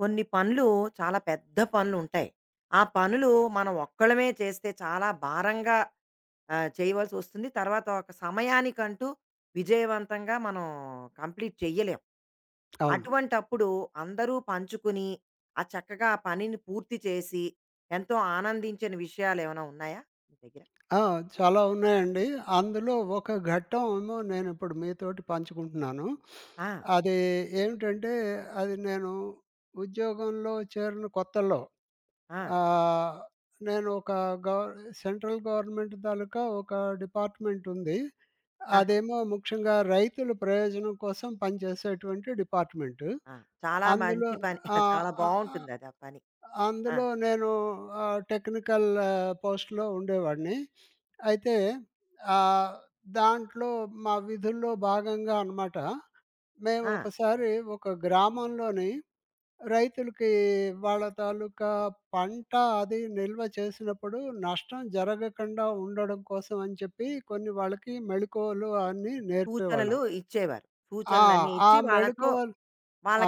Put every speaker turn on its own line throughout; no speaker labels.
కొన్ని పనులు చాలా పెద్ద పనులు ఉంటాయి. ఆ పనులు మనం ఒక్కళ్ళమే చేస్తే చాలా భారంగా చేయవలసి వస్తుంది. తర్వాత ఒక సమయానికంటూ విజయవంతంగా మనం కంప్లీట్ చెయ్యలేం.
అవును.
అటువంటప్పుడు అందరూ పంచుకుని, ఆ చక్కగా ఆ పనిని పూర్తి చేసి, ఎంతో ఆనందించిన విషయాలేమైనా ఉన్నాయా మీ దగ్గర?
ఆ! చాలా ఉన్నాయండి. అందులో ఒక ఘట్టం ఏమో నేనిప్పుడు మీతోటి పంచుకుంటున్నాను.
ఆ!
అది ఏమిటంటే, అది నేను ఉద్యోగంలో చేరిన కొత్తల్లో
ఆ!
ఆహ్, నేను ఒక గవ సెంట్రల్ గవర్నమెంట్ తాలూకా ఒక డిపార్ట్‌మెంట్ ఉంది.
ఆహా!
అదేమో ముఖ్యంగా రైతుల ప్రయోజనం కోసం పనిచేసేటువంటి డిపార్ట్‌మెంటు.
ఆ! చాలా
అందులో
మంచి పని.
ఆ!
చాలా
ఆ! ఆ!
బావుంటుందది ఆ పని. ఆ!
నేను టెక్నికల్ పోస్ట్‌లో ఉండేవాడిని. అయితే ఆహ్, దాంట్లో మా విధుల్లో భాగంగా అనమాట. మేము
ఆ!
ఒకసారి ఒక గ్రామంలోని రైతులకి వాళ్ళ తాలూకా పంట అది నిల్వ చేసినప్పుడు నష్టం జరగకుండా ఉండడం కోసం అని చెప్పి కొన్ని వాళ్ళకి మెళకువలు అన్నీ
సూచనలు
నేర్పేవాళ్ళం.
ఇచ్చేవారు.
ఆ!
సూచనలన్నీ
ఆ
ఇచ్చి వాళ్ళతో
మెళకువలు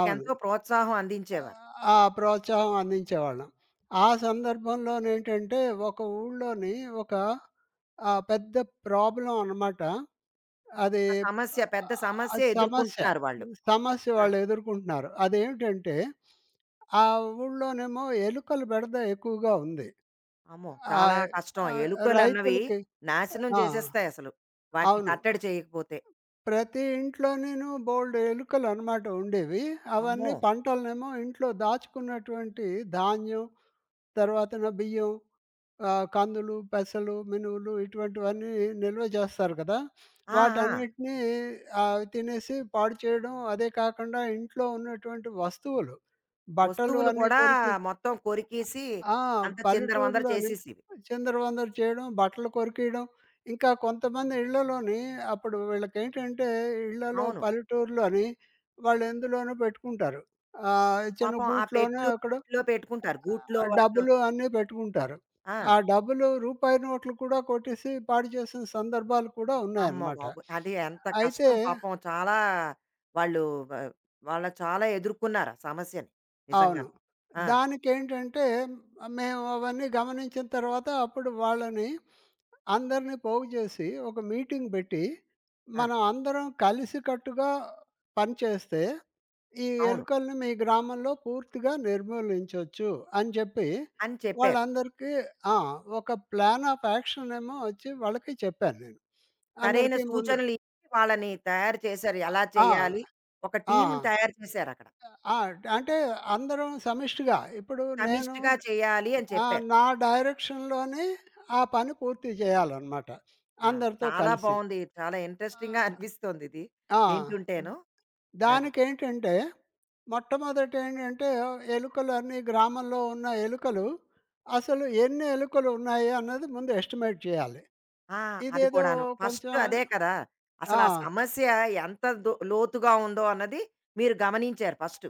అవును.
ప్రోత్సాహం అందించేవారు.
ఆ ప్రోత్సాహం అందించేవాళ్ళం. ఆ సందర్భంలోనేంటంటే, ఒక ఊళ్ళోని ఒక పెద్ద ప్రాబ్లమ్ అనమాట. అది
ఒక సమస్య పెద్ద సమస్యే
సమస్య.
ఎదుర్కొంటున్నారు వాళ్ళు.
సమస్య
ఆ!
వాళ్ళు ఎదుర్కొంటున్నారు. అదేమిటంటే, ఆ ఊళ్ళోనేమో ఎలుకల బెడద ఎక్కువగా ఉంది.
అమ్మో! చాలా
ఆహ్,
కష్టం.
ఆహ్,
ఎలుకలన్నవి
రైతులకి
నాశనం
ఆ!
చేసేస్తాయసలు. వాటిని
అవును.
కట్టడి చేయకపోతే.
ప్రతి ఇంట్లోనేను బోలెడు ఎలుకలనమాట ఉండేవి.
అమ్మో!
అవన్నీ పంటలనేమో ఇంట్లో దాచుకున్నటువంటి ధాన్యం తర్వాతన బియ్యం, కందులు, పెసలు, మినువులు ఇటువంటివన్నీ నిల్వ చేస్తారు కదా!
ఆ! ఆ!
వాటన్నిటిని తినేసి పాడు చేయడం. అదే కాకుండా ఇంట్లో ఉన్నటువంటి వస్తువులు, బట్టలు
వస్తువులు
అన్నీ
కూడా
కొరికి
మొత్తం కొరికేసి
ఆ!
అంతా చిందరవందర
పల్లెటూరులోని
చేసేసేవి.
చిందరవందర చేయడం, బట్టలు కొరికియడం. ఇంకా కొంతమంది ఇళ్ళలోని అప్పుడు వీళ్ళకేంటంటే ఇళ్ళలో
అవును.
పల్లెటూరులోని వాళ్ళు ఎందులోనో పెట్టుకుంటారు. చిన్న
పాపం ఆ
గూట్లోనో
పెట్లు
ఎక్కడో
వాటిలో పెట్టుకుంటారు. గూట్లో
ఆ
వాటిలో.
డబ్బులు అన్నీ పెట్టుకుంటారు.
ఆ!
ఆ డబ్బులు రూపాయి నోట్లు కూడా కొట్టేసి పాడు చేసిన సందర్భాలు కూడా
అమ్మ
ఉన్నాయన్నమాట.
బాబోయ్! అది ఎంత
అయితే
కష్టం పాపం చాలా వాళ్ళు వ వాళ్ళు చాలా ఎదుర్కొన్నారు ఆ సమస్యని.
అవును.
నిజంగాను. ఆ!
దానికేంటంటే మేము అవన్నీ గమనించిన తర్వాత అప్పుడు వాళ్ళని అందరిని పోగు చేసి ఒక మీటింగ్ పెట్టి,
ఆ!
మనం అందరం కలిసికట్టుగా పనిచేస్తే ఈ
అవును.
ఎలుకల్ని మీ గ్రామంలో పూర్తిగా నిర్మూలించొచ్చు అని చెప్పి
అని చెప్పారు.
వాళ్ళందరికీ ఆ! ఒక ప్లాన్ ఆఫ్ యాక్షన్ ఏమో వచ్చి వాళ్ళకి చెప్పాను నేను.
సరైన
అందరికీ ముందు
సూచనలిచ్చి వాళ్ళని తయారు చేశారు. ఎలా
ఆహ్,
చేయాలి? ఒక
ఆ! ఆ!
టీమ్‌ని తయారు చేశారక్కడ.
ఆ! అంటే అందరం సమిష్టిగా ఇప్పుడు నేను
సమిష్టిగా చేయాలి అని
ఆ!
చెప్పారు.
నా డైరెక్షన్‌లోనే ఆ పని పూర్తి చేయాలనమాట
ఆ!
అందరితో
చాలా
కలిసి.
బావుంది. చాలా ఇంట్రెస్టింగ్‌గా
ఆ!
అనిపిస్తోందిది
ఆ! హ్మ్.
వింటుంటేను. అది.
దానికేంటంటే, మొట్టమొదట ఏంటంటే, ఎలుకలన్నీ గ్రామంలో ఉన్న ఎలుకలు, అసలు ఎన్ని ఎలుకలు ఉన్నాయి అన్నది ముందు ఎస్టిమేట్ చేయాలి.
ఆ! అది
ఇదేదో
కూడాను.
కొంచెం
ఫస్ట్ అదే కదా!
ఆ!
అసలా సమస్య ఎంత లోతుగా ఉందో అన్నది మీరు గమనించారు ఫస్టు.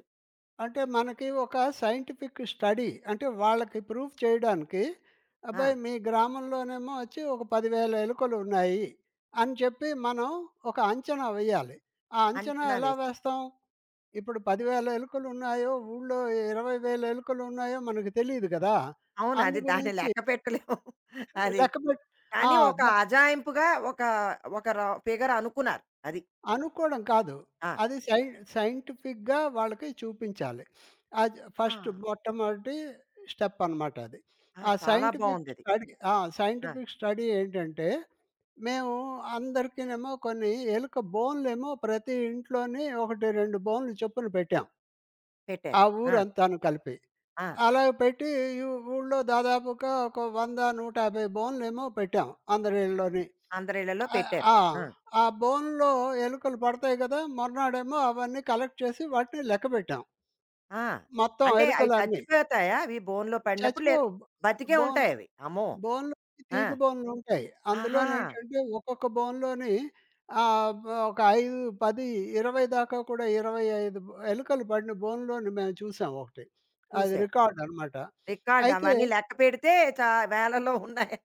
అంటే మనకి ఒక సైంటిఫిక్ స్టడీ అంటే వాళ్ళకి ప్రూవ్ చేయడానికి,
ఆ!
అబ్బాయి మీ గ్రామంలోనేమో వచ్చి ఒక 10,000 ఎలుకలు ఉన్నాయి అని చెప్పి మనం ఒక అంచనా వేయాలి. ఆ అంచనా
అంచనా
ఎలా
వేశారు.
వేస్తాం? ఇప్పుడు 10,000 ఎలుకలు ఉన్నాయో, ఊళ్ళో 20,000 ఎలుకలు ఉన్నాయో మనకు తెలీదు కదా!
అవును.
అందు
అది దాన్ని
గురించి
లెక్క పెట్టలేము. అది.
లెక్క పెట్ ఆ!
కానీ ఒక
ద
అజాయింపుగా ఒక ఒక ర ఫిగర్ అనుకున్నారు. అది.
అనుకోవడం కాదు.
ఆ!
అది సైంటిఫిక్‌గా వాళ్ళకి చూపించాలి. అది
ఆ!
ఫస్ట్ మొట్టమొదటి స్టెప్ అనమాట అది.
ఆ!
ఆ
చాలా
సైంటిఫిక్
బావుందది.
స్టడీ ఆ!
ఆ!
సైంటిఫిక్ స్టడీ ఏంటంటే, మేము అందరికినేమో కొన్ని ఎలుక బోనులేమో ప్రతి ఇంట్లోని 1, 2 బోనులు చొప్పున పెట్టాం.
పెట్టారు.
ఆ
ఆ!
ఊరంతాను కలిపి.
ఆ!
అలా పెట్టి ఈ ఊళ్ళో దాదాపుగా ఒక 100, 150 బోనులేమో పెట్టాం అందరి ఇళ్ళలోని.
అందరి ఇళ్ళలో
ఆహ్,
పెట్టారు.
ఆ!
ఆ!
ఆ బోనులో ఎలుకలు పడతాయి గదా! మర్నాడేమో అవన్నీ కలెక్ట్ చేసి వాటిని లెక్కపెట్టాం.
ఆ!
మొత్తం
అంటే అవి
ఎలుకలన్నీ.
చచ్చిపోతాయా? అవి బోనులో పడినప్పుడు
చచ్చిపోవు.
బతికే
బోన్
ఉంటాయవి. అమ్మో!
బోన్‌లో
ఆ!
తీగ బోనులుంటాయి.
ఆహా!
అందులోనేంటంటే ఒక్కొక్క బోనులోని ఆహ్, ఒక 5, 10, 20 దాకా కూడా 25 ఎలుకలు పడిన బోనులోని మేము చూసాం ఒకటి. అది
చూసారు.
రికార్డ్ అనమాట.
రికార్డ్
అయితే
అవన్నీ లెక్క పెడితే చా వేలలో ఉన్నాయి.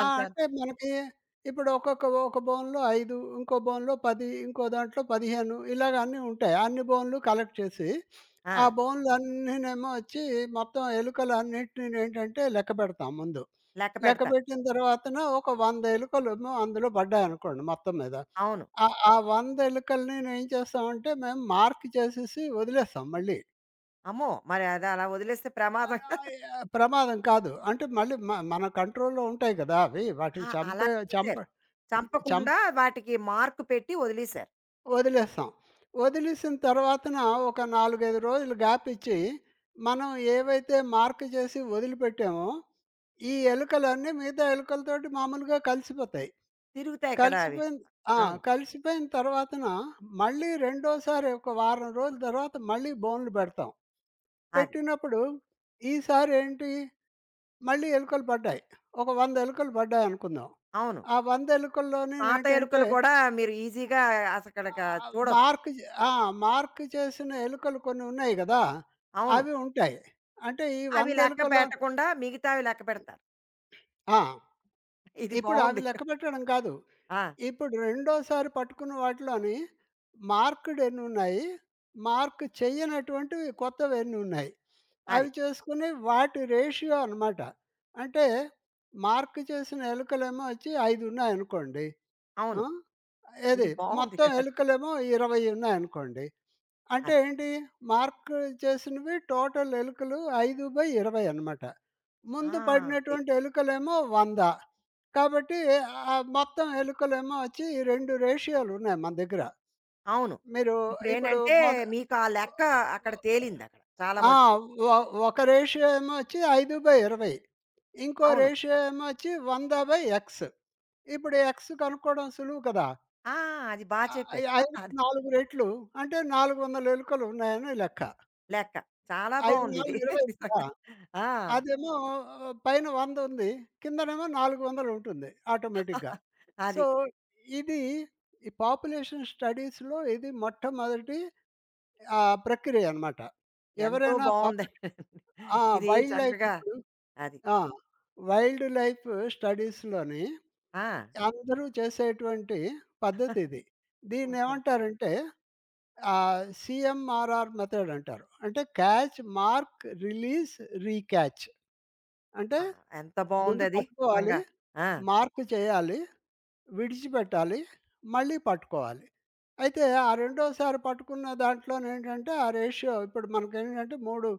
ఆ!
అంతాను.
అంటే మనకి ఇప్పుడు ఒక బౌన్‌లో 5, ఇంకో బౌన్‌లో 10, ఇంకో దాంట్లో 15 ఇలాగ అన్నీ ఉంటాయి. అన్ని బౌన్‌లు కలెక్ట్ చేసి,
ఆ!
ఆ బౌన్‌లన్నీనేమో వచ్చి మొత్తం ఎలుకలన్నిటినేంటంటే లెక్కపెడతాం ముందు.
లెక్క పెడతారు.
లెక్కపెట్టిన తర్వాతన ఒక 100 ఎలుకలేమో అందులో పడ్డాయనుకోండి మొత్తం మీద.
అవును.
ఆ ఆ 100 ఎలుకల్ని ఏం చేస్తామంటే మేము మార్క్ చేసేసి వదిలేస్తాం మళ్ళీ.
అమ్మో! మరి అది అలా వదిలేస్తే ప్రమాదం.
ప్రమాదం కాదు. అంటే మళ్ళీ మన కంట్రోల్‌లో ఉంటాయి కదా! అవి.
ఆ!
వాటిని
అలా
చంపే చంప
చేశారు.
చంప
చంపకుండా వాటికి మార్క్ పెట్టి వదిలేశారు.
వదిలేస్తాం. వదిలేసిన తర్వాతన ఒక 4, 5 రోజులు గ్యాప్ ఇచ్చి, మనం ఏవైతే మార్క్ చేసి వదిలిపెట్టామో, ఈ ఎలుకలన్నీ మిగతా ఎలుకలతోటి మామూలుగా కలిసిపోతాయి.
తిరుగుతాయి కదా! అవి.
కలిసిపోయిన ఆ!
అవును.
కలిసిపోయిన తర్వాతన మళ్ళీ రెండోసారి ఒక వారం రోజుల తర్వాత మళ్ళీ బోనులు పెడతాం.
అది.
పెట్టినప్పుడు ఈసారి ఏంటి, మళ్ళీ ఎలుకలు పడ్డాయి. ఒక 100 ఎలుకలు పడ్డాయనుకుందాం.
అవును.
ఆ 100
పాత
ఎలుకల్లోనేనేంటంటే
ఎలుకలు కూడా మీరు ఈజీగా అసలక చూడొచ్చు.
మార్క్ చే ఆ! మార్క్ చేసిన ఎలుకలు కొన్ని ఉన్నాయి గదా!
అవును.
అవి ఉంటాయి. అంటే ఈ
అవి
100
లెక్క
ఎలుకల్లో
పెట్టకుండా మిగతావి లెక్క పెడతారు.
ఆ!
ఇది
ఇప్పుడు అవి
బావుంది.
లెక్క పెట్టడం కాదు.
ఆ!
ఇప్పుడు రెండోసారి పట్టుకున్న వాటిలోని మార్క్‌డ్ ఎన్నున్నాయి, మార్క్ చెయ్యనటువంటివి కొత్తవి ఎన్నున్నాయి.
అది.
అవి చేసుకుని వాటి రేషియో అనమాట. అంటే మార్క్ చేసిన ఎలుకలేమో వచ్చి 5 ఉన్నాయనుకోండి.
అవును.
హ్మ్. ఏది
ఇది బావుంది.
మొత్తం
అది.
ఎలుకలేమో 20 ఉన్నాయనుకోండి. అంటే
అది.
ఏంటి? మార్క్ చేసినవి టోటల్ ఎలుకలు 5/20 అనమాట.
ఆ!
ముందు
అది.
పడినటువంటి ఎలుకలేమో 100. కాబట్టి మొత్తం ఎలుకలేమో వచ్చి 2 రేషియోలు ఉన్నాయి మన దగ్గర.
అవును.
మీరు ఇప్పుడు
ఇప్పుడేంటంటే
మొద
మీకు ఆ లెక్క అక్కడ తేలిందక్కడ చాలా
ఆ!
మటుకు.
ఒ ఒక రేషియో ఏమో వచ్చి 5/20. ఇంకో
అవును.
రేషియో ఏమో వచ్చి 100/x. ఇప్పుడు x కనుక్కోవడం సులువు కదా!
ఆ! అది
ఆహ్,
చెప్పారు.
5కి
అదే
4 రెట్లు అంటే 400 ఎలుకలు ఉన్నాయని లెక్క.
లెక్క. చాలా
5
బావుందిది.
నాలుగు 20 కదా!
నిజంగా. ఆ!
అదేమో ఆ, పైన 100 ఉంది. కిందనేమో 400 ఉంటుంది ఆటోమేటిక్‌గా.
అది.
సో, ఇది ఈ పాపులేషన్ స్టడీస్‌లో ఇది మొట్టమొదటి ప్రక్రియ అన్నమాట.
ఎంతో
ఎవరైనా
బావుంది.
పాపులేషన్ ఆ!
ఇది
వైల్డ్ లైఫ్
చక్కగా
ఇప్పుడు
అది.
ఆ! వైల్డ్ లైఫ్ స్టడీస్‌లోని
ఆ!
అందరూ చేసేటువంటి పద్ధతి ఇది. దీన్నేమంటారంటే సీఎంఆర్ఆర్ మెథడ్ అంటారు. అంటే క్యాచ్, మార్క్, రిలీజ్, రీక్యాచ్. అంటే
ఆ! ఎంత
ముందు
బావుందది
పట్టుకోవాలి.
నిజంగా. ఆ!
మార్క్ చేయాలి. విడిచిపెట్టాలి. మళ్ళీ పట్టుకోవాలి. అయితే ఆ రెండోసారి పట్టుకున్న దాంట్లోనేంటంటే ఆ రేషియో ఇప్పుడు మనకేంటంటే 3,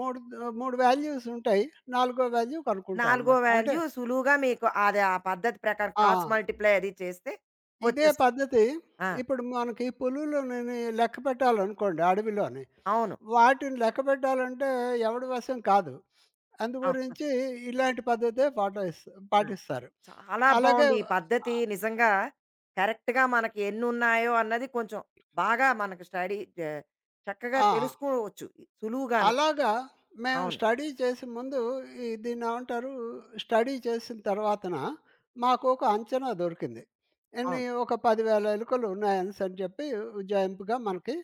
3 3 వాల్యూస్ ఉంటాయి. నాలుగో వాల్యూ కనుక్కుంటాం
నాలుగో
అనమాట. అంటే
వాల్యూ సులువుగా మీకు అది ఆ పద్ధతి ప్రకారం
ఆ!
క్రాస్ మల్టిప్లై అది చేస్తే
ఇదే
వచ్చేస్తుంది.
పద్ధతి
ఆ!
ఇప్పుడు మనకి పులులని లెక్క పెట్టాలనుకోండి అడవిలోని.
అవును.
వాటిని లెక్క పెట్టాలంటే ఎవడి వశం కాదు.
ఆ!
అందుగురించి ఇలాంటి పద్ధతే
ఆ!
పాటిస్తారు.
చాలా
అలాగే
బావుంది ఈ
ఆ!
పద్ధతి నిజంగా కరెక్ట్‌గా మనకి ఎన్నున్నాయో అన్నది కొంచెం బాగా మనకు స్టడీ చే చక్కగా
ఆ!
తెలుసుకోవచ్చు సులువుగాను.
అలాగా మేము
అవును.
స్టడీ చేసే ముందు దీన్నేమంటారు? స్టడీ చేసిన తర్వాతన మాకు ఒక అంచనా దొరికింది. ఎన్ని
అవును.
ఒక 10,000 ఎలుకలు ఉన్నాయనేసని చెప్పి ఉజ్జాయింపుగా మనకి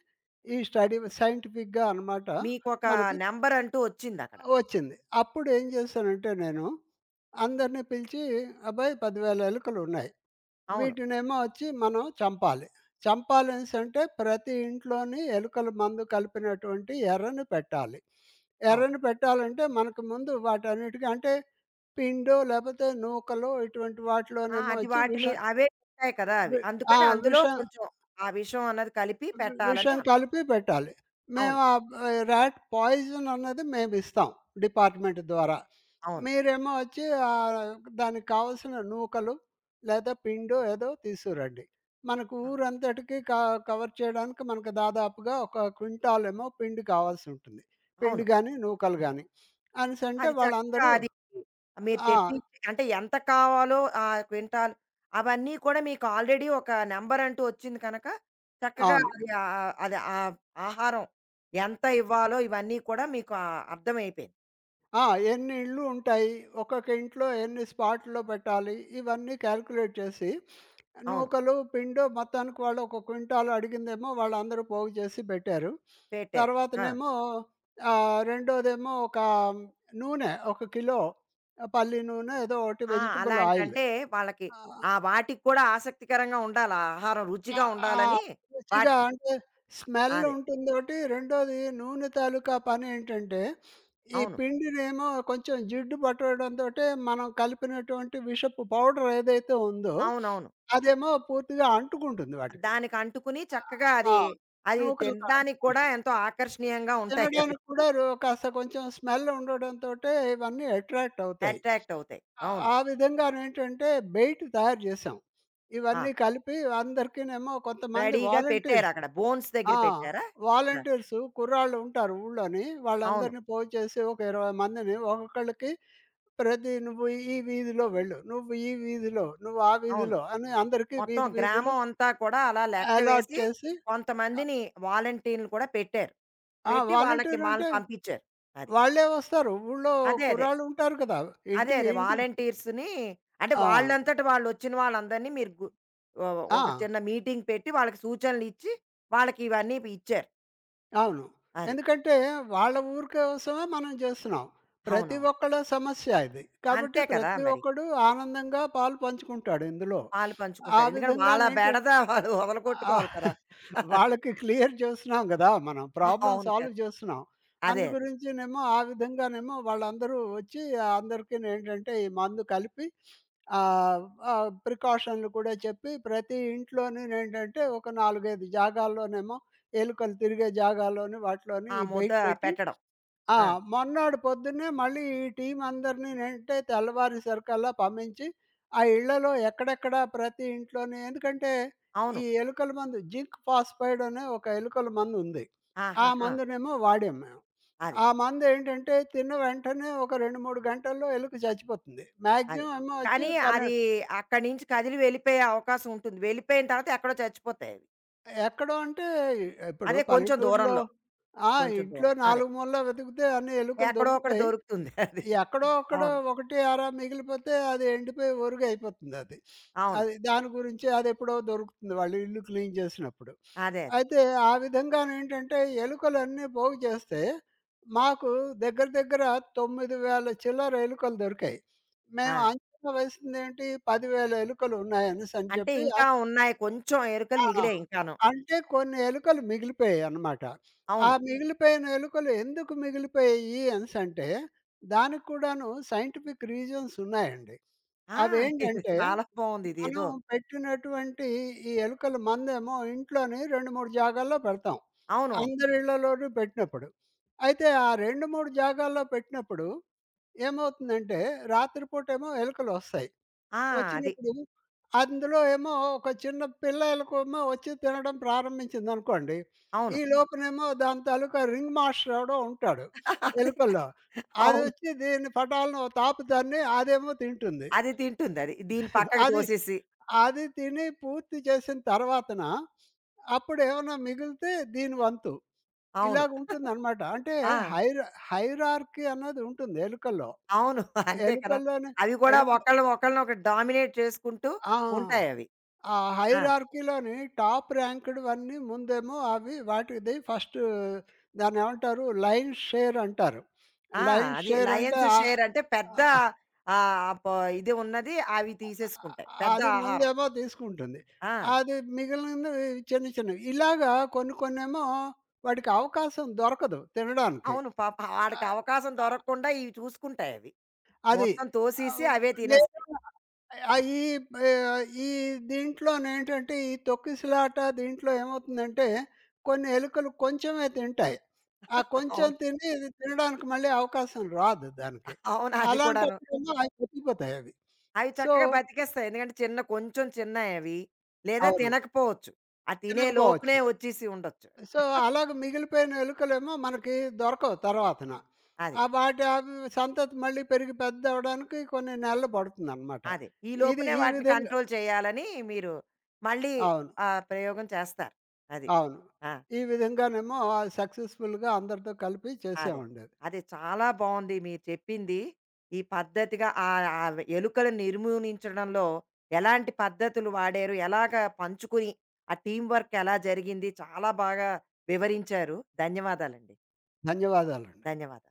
ఈ స్టడీ సైంటిఫిక్‌గా అనమాట
మీకొక
మనకి
నంబర్ అంటూ వచ్చిందక్కడ.
వచ్చింది. అప్పుడు ఏం చేశానంటే నేను అందరిని పిలిచి, "అబ్బాయి 10,000 ఎలుకలున్నాయి.
అవును.
వీటినేమో వచ్చి మనం చంపాలి. చంపాలనేసి అంటే ప్రతి ఇంట్లోని ఎలుకల మందు కలిపినటువంటి ఎరను పెట్టాలి.
అవును.
ఎరను పెట్టాలంటే మనకు ముందు వాటన్నిటికి అంటే పిండో లేకపోతే నూకలో ఇటువంటి
ఆ!
వాటిలోనేమో
అది
వచ్చి
వాటి మీద
విషం
అవే ఉంటాయి కదా! అవి.
వి ఆ!
అందుకని అందులో
విషం
కొంచెం ఆ విషం అన్నది కలిపి పెట్టాలని
విషం
అన్
కలిపి పెట్టాలి. మేము
అవును.
ఆ బ్ రాట్ పాయిజన్ అన్నది మేమిస్తాం డిపార్ట్‌మెంట్ ద్వారా.
అవును.
మీరేమో వచ్చి దానికి కావాల్సిన నూకలు లేదా పిండో ఏదో తీసుకురండి. మనకు
ఆ!
ఊరంతటికి కవర్ చేయడానికి మనకు దాదాపుగా ఒక క్వింటాలేమో పిండి కావాల్సుంటుంది.
అవును.
పిండి గాని, నూకలు
హ్మ్.
గాని. అనేసంటే
అది చక్కగా
వాళ్ళందరూ
అది మీరు
ఆ!
తెప్పించి అంటే ఎంత కావాలో ఆ క్వింటాల్ అవన్నీ కూడా మీకు ఆల్రెడీ ఒక నంబర్ అంటూ వచ్చింది కనక చక్కగా
అవును.
అది అది ఆహారం ఎంత ఇవ్వాలో ఇవన్నీ కూడా మీకు అర్థమైపోయింది.
ఆ! ఎన్ని ఇళ్ళు ఉంటాయి? ఒక్కొక్క ఇంట్లో ఎన్ని స్పాట్‌లో పెట్టాలి? ఇవన్నీ క్యాలిక్యులేట్ చేసి,
అవును.
నూకలు, పిండో మొత్తానికి వాళ్ళు ఒక క్వింటాల్ అడిగిందేమో వాళ్ళందరూ పోగు చేసి పెట్టారు.
పెట్టారు. ఆ!
తర్వాతనేమో రెండోదేమో ఒక నూనె, ఒక కిలో పల్లి నూనె ఏదో ఒకటి
ఆ!
వెజిటబుల్
అలాంటి
ఆయిల్.
అంటే వాళ్ళకి
ఆ!
ఆ! వాటికి కూడా ఆసక్తికరంగా ఉండాలి. ఆ ఆహారం
ఆ!
రుచిగా
ఆ!
ఉండాలని
రుచిగా
వాటిని
అంటే
అ
స్మెల్
అదే.
ఉంటుందోటి. రెండోది నూనె తాలూకా పనేంటంటే, ఈ
అవును.
పిండినేమో కొంచెం జిడ్డు పట్టడంతోటే మనం కలిపినటువంటి విషపు పౌడర్ ఏదైతే ఉందో,
అవునవును.
అదేమో పూర్తిగా అంటుకుంటుంది వాటికి.
దానికి అంటుకుని చక్కగా
ఆ!
అది, అది
నూకలుకి
తినడానికి కూడా
అంటుకుంటుంది.
ఎంతో ఆకర్షణీయంగా ఉంటాయి అవి.
తినడానికి కూడా కాస్త కొంచెం స్మెల్ ఉండడంతోటే ఇవన్నీ అట్రాక్ట్ అవుతాయి.
అట్రాక్ట్ అవుతాయి.
ఆ
అవును.
ఆ విధంగానేంటంటే బెయిట్ తయారు చేసాం.
ఆ!
ఇవన్నీ కలిపి అందరికీనేమో కొంతమంది
రెడీగా
వాలంటీర్స్
పెట్టారక్కడ. బోన్స్ దగ్గర
ఆ!
పెట్టారా? ఆ!
వాలంటీర్సు కుర్రాళ్ళు ఉంటారు ఊళ్ళోని.
అవును.
వాళ్ళందరిని పోగుచేసి ఒక 20 మందిని ఒక్కొక్కళ్ళకి ప్రతి "నువ్వు ఈ వీధిలో వెళ్ళు. నువ్వు ఈ వీధిలో, నువ్వు ఆ
అవును.
వీధిలో" అని అందరికీ
మొత్తం
వీధి వీధులు
గ్రామం అంతా కూడా అలా లెక్క
అలాట్
వేసి
చేసి అ
కొంతమందిని వాలంటీర్‌లు కూడా పెట్టారు.
ఆ!
పెట్టి వాళ్ళకి
వాలంటీర్
వాళ్ళని
అంటే
పంపించారు. అది.
వాళ్ళే వస్తారు. ఊళ్ళో
అదే. అదే.
కుర్రాళ్ళు ఉంటారు కదా!
అదే.
ఇంటికి
అదే.
ఇంటి
వాలంటీర్స్‌ని అంటే
ఆ!
వాళ్ళంతట వాళ్ళొచ్చిన వాళ్ళందరినీ మీరు గు ఒ
ఆ!
ఒక చిన్న మీటింగ్ పెట్టి వాళ్ళకి సూచనలిచ్చి, వాళ్ళకి ఇవన్నీ ఇచ్చారు.
అవును.
అది.
ఎందుకంటే వాళ్ళ ఊరు కోసమే మనం చేస్తున్నాం. ప్రతి
అవునవును.
ఒక్కళ్ళ సమస్య ఇది. కాబట్టి
అంతే కదా!
ప్రతి
మరి.
ఒక్కడు ఆనందంగా పాలు పంచుకుంటాడు ఇందులో.
పాలు
ఆ
పంచుకుంటారు. ఎందుకంటే వాళ్ళ బెడద
విధంగానేంటంటే
వాళ్ళు
ఆ!
వదలగొట్టుకోవాలి కదా!
వాళ్ళకి క్లియర్ చేస్తున్నాం గదా! మనం. ప్రాబ్లమ్
అవును.
Solve
correct.
చేస్తున్నాం.
అదే.
అందు
అదే.
గురించినేమో ఆ విధంగానేమో వాళ్ళందరూ వచ్చి అందరికినేంటంటే ఈ మందు కలిపి ఆహ్, ఆహ్, ప్రికాషన్‌లు కూడా చెప్పి ప్రతి ఇంట్లోనేంటంటే ఒక 4, 5 జాగాల్లోనేమో ఎలుకలు తిరిగే జాగాల్లోని వాటిలోని
ఆ
ఈ
ముద్ద
బెయిట్ పెట్టి
పెట్టడం.
ఆ!
ఆ!
మొన్నాడు పొద్దున్నే మళ్ళీ ఈ టీమ్ అందరిని నంటే తెల్లవారేసరికల్లా పంపించి, ఆ ఇళ్లలో ఎక్కడెక్కడ ప్రతి ఇంట్లోని ఎందుకంటే,
అవును.
ఈ ఎలుకల మందు జింక్ ఫాస్‌ఫైడ్ అనే ఒక ఎలుకల మందుంది. ఆ
ఆహాహా!
మందునేమో వాడాం మేము.
అది.
ఆ మందేంటంటే తిన్న వెంటనే ఒక 2, 3 గంటల్లో ఎలుక చచ్చిపోతుంది.
అది.
మాక్సిమం ఏమో వచ్చి
కానీ అది అక్కడి నుంచి కదిలి వెళ్ళిపోయే అవకాశం ఉంటుంది. వెళ్ళిపోయిన తర్వాత ఎక్కడో చచ్చిపోతాయవి.
ఎక్కడో అంటే ఇప్పుడు
అదే కొంచెం
పల్లెటూరులో
దూరంలో.
ఆ!
కొంచెం
ఇంట్లో
దూరం. అదే.
నాలుగు మూలలా వెతికితే అన్ని ఎలుకలు
ఎక్కడో అక్కడ
దొరుకుతాయి.
దొరుకుతుంది అది.
ఎక్కడో అక్కడో
అవును.
ఒకటి అరా మిగిలిపోతే అది ఎండిపోయి ఒరుగు అయిపోతుంది అది.
అవును.
అది దాని గురించి అదెప్పుడో దొరుకుతుంది వాళ్ళు ఇల్లు క్లీన్ చేసినప్పుడు.
అదే. అదే.
అయితే ఆ విధంగానేంటంటే ఎలుకలన్నీ పోగు చేస్తే మాకు దగ్గర దగ్గర 9,000 చిల్లర ఎలుకలు దొరికాయి.
ఆ!
మేము అంచనా వేసిందేంటి 10,000 ఎలుకలు ఉన్నాయనేసని
అంటే
చెప్పి
ఇంకా ఉన్నాయి. కొంచెం ఎరుకలు
ఆ!
మిగిలాయి ఇంకాను.
అంటే కొన్ని ఎలుకలు మిగిలిపోయాయన్నమాట. ఆ
అవును.
మిగిలిపోయిన ఎలుకలు ఎందుకు మిగిలిపోయాయి అనేసంటే, దానికి కూడాను సైంటిఫిక్ రీజన్స్ ఉన్నాయండి.
ఆ! ఇది
అవేంటంటే,
చాలా బావుంది
మనం
ఇదేదో.
పెట్టినటువంటి ఈ ఎలుకల మందేమో ఇంట్లోని 2, 3 జాగాల్లో పెడతాం.
అవునవును.
అందరి ఇళ్లలోనూ పెట్టినప్పుడు. అయితే ఆ 2, 3 జాగాల్లో పెట్టినప్పుడు ఏమవుతుందంటే, రాత్రిపూటేమో ఎలుకలొస్తాయి.
ఆ! అది.
వచ్చినప్పుడు అందులో ఏమో ఒక చిన్న పిల్లలకేమో వచ్చి తినడం ప్రారంభించిందనుకోండి.
అవును.
ఈ లోపునేమో దాని తాలూకా రింగ్ మాస్టర్ ఎవడో ఉంటాడు
అదే.
ఎలుకల్లో.
అవును.
అదొచ్చి దీన్ని పటాలను ఓ తాపు తన్ని అదేమో తింటుంది.
అది తింటుందది. దీన్ని పక్కకి
అది
తోసేసి.
అది తిని పూర్తి చేసిన తర్వాతన అప్పుడేమన్నా మిగిలితే దీని వంతు.
అవును.
ఇలాగుంటుందనమాట. అంటే
ఆ!
హైర హైరార్కీ అన్నది ఉంటుంది ఎలుకల్లో.
అవును. అంతే కదా!
ఎలుకల్లోనే
అవి కూడా
ఎలుక
ఒకళ్ళు ఒకళ్ళనొకటి డామినేట్ చేసుకుంటూ
ఆ!
ఉంటాయవి.
ఆ
ఆ!
హైరార్కీలోని టాప్ ర్యాంక్‌డ్‌వన్నీ ముందేమో అవి వాటిది ఫస్ట్ దాన్నేమంటారు? లయన్ షేర్ అంటారు.
ఆ!
లయన్
అది
షేర్ అంటే
లయన్స్ షేర్ అంటే పెద్ద ఆహ్, ప ఇది ఉన్నది అవి తీసేసుకుంటాయి. పెద్ద
అది
ఆహారం.
ముందేమో తీసుకుంటుంది.
ఆ!
అది మిగిలినవి చిన్న చిన్నవి. ఇలాగా కొన్ని కొన్నేమో వాడికి అవకాశం దొరకదు తినడానికి.
అవును. పాపం ఆడికి
ఆహ్,
అవకాశం
ఆ
దొరకకుండా ఇవి చూసుకుంటాయి అవి.
అది.
మొత్తం తోసేసి
ఆహ్,
అవే
లేదా
తినేస్తాయి.
ఆహ్, ఈ ఆహ్, ఈ దీంట్లోనేంటంటే ఈ తొక్కిసలాట దీంట్లో ఏమవుతుందంటే కొన్ని ఎలుకలు కొంచెమే తింటాయి. ఆ కొంచెం
అవును.
తిని ఇది తినడానికి మళ్ళీ అవకాశం రాదు దానికి.
అవును. అది కూడాను.
అలాంటప్పుడేమో అవి బతికిపోతాయవి.
అవి
సో
చక్కగా బతికేస్తాయి. ఎందుకంటే చిన్న కొంచెం చిన్నయి అవి. లేదా
అవును.
తినకపోవచ్చు. ఆ తినే లోపునే
తినకపోవచ్చు.
వచ్చేసి ఉండొచ్చు.
సో, అలాగ మిగిలిపోయిన ఎలుకలేమో మనకి దొరకవు తర్వాతన.
అది.
ఆ వాటి అవి సంతతి మళ్ళీ పెరిగి పెద్దవడానికి కొన్ని నెలలు పడుతుందనమాట.
అదే. ఈ
ఇది
లోపునే
ఈ
వాటిని
విధంగా
కంట్రోల్ చేయాలని మీరు మళ్ళీ
అవును.
ఆ ప్రయోగం చేస్తారు. అది.
అవును.
ఆ!
ఈ విధంగానేమో సక్సెస్‌ఫుల్‌గా అందరితో కలిపి
అదే.
చేసామండి అది.
అదే చాలా బావుంది మీరు చెప్పింది. ఈ పద్ధతిగా ఆహ్, ఆహ్, ఎలుకలను నిర్మూలించడంలో ఎలాంటి పద్ధతులు వాడారు? ఎలాగ పంచుకుని, ఆ టీమ్ వర్క్ ఎలా జరిగింది? చాలా బాగా వివరించారు. ధన్యవాదాలండి.
ధన్యవాదాలండి.
ధన్యవాదాలు.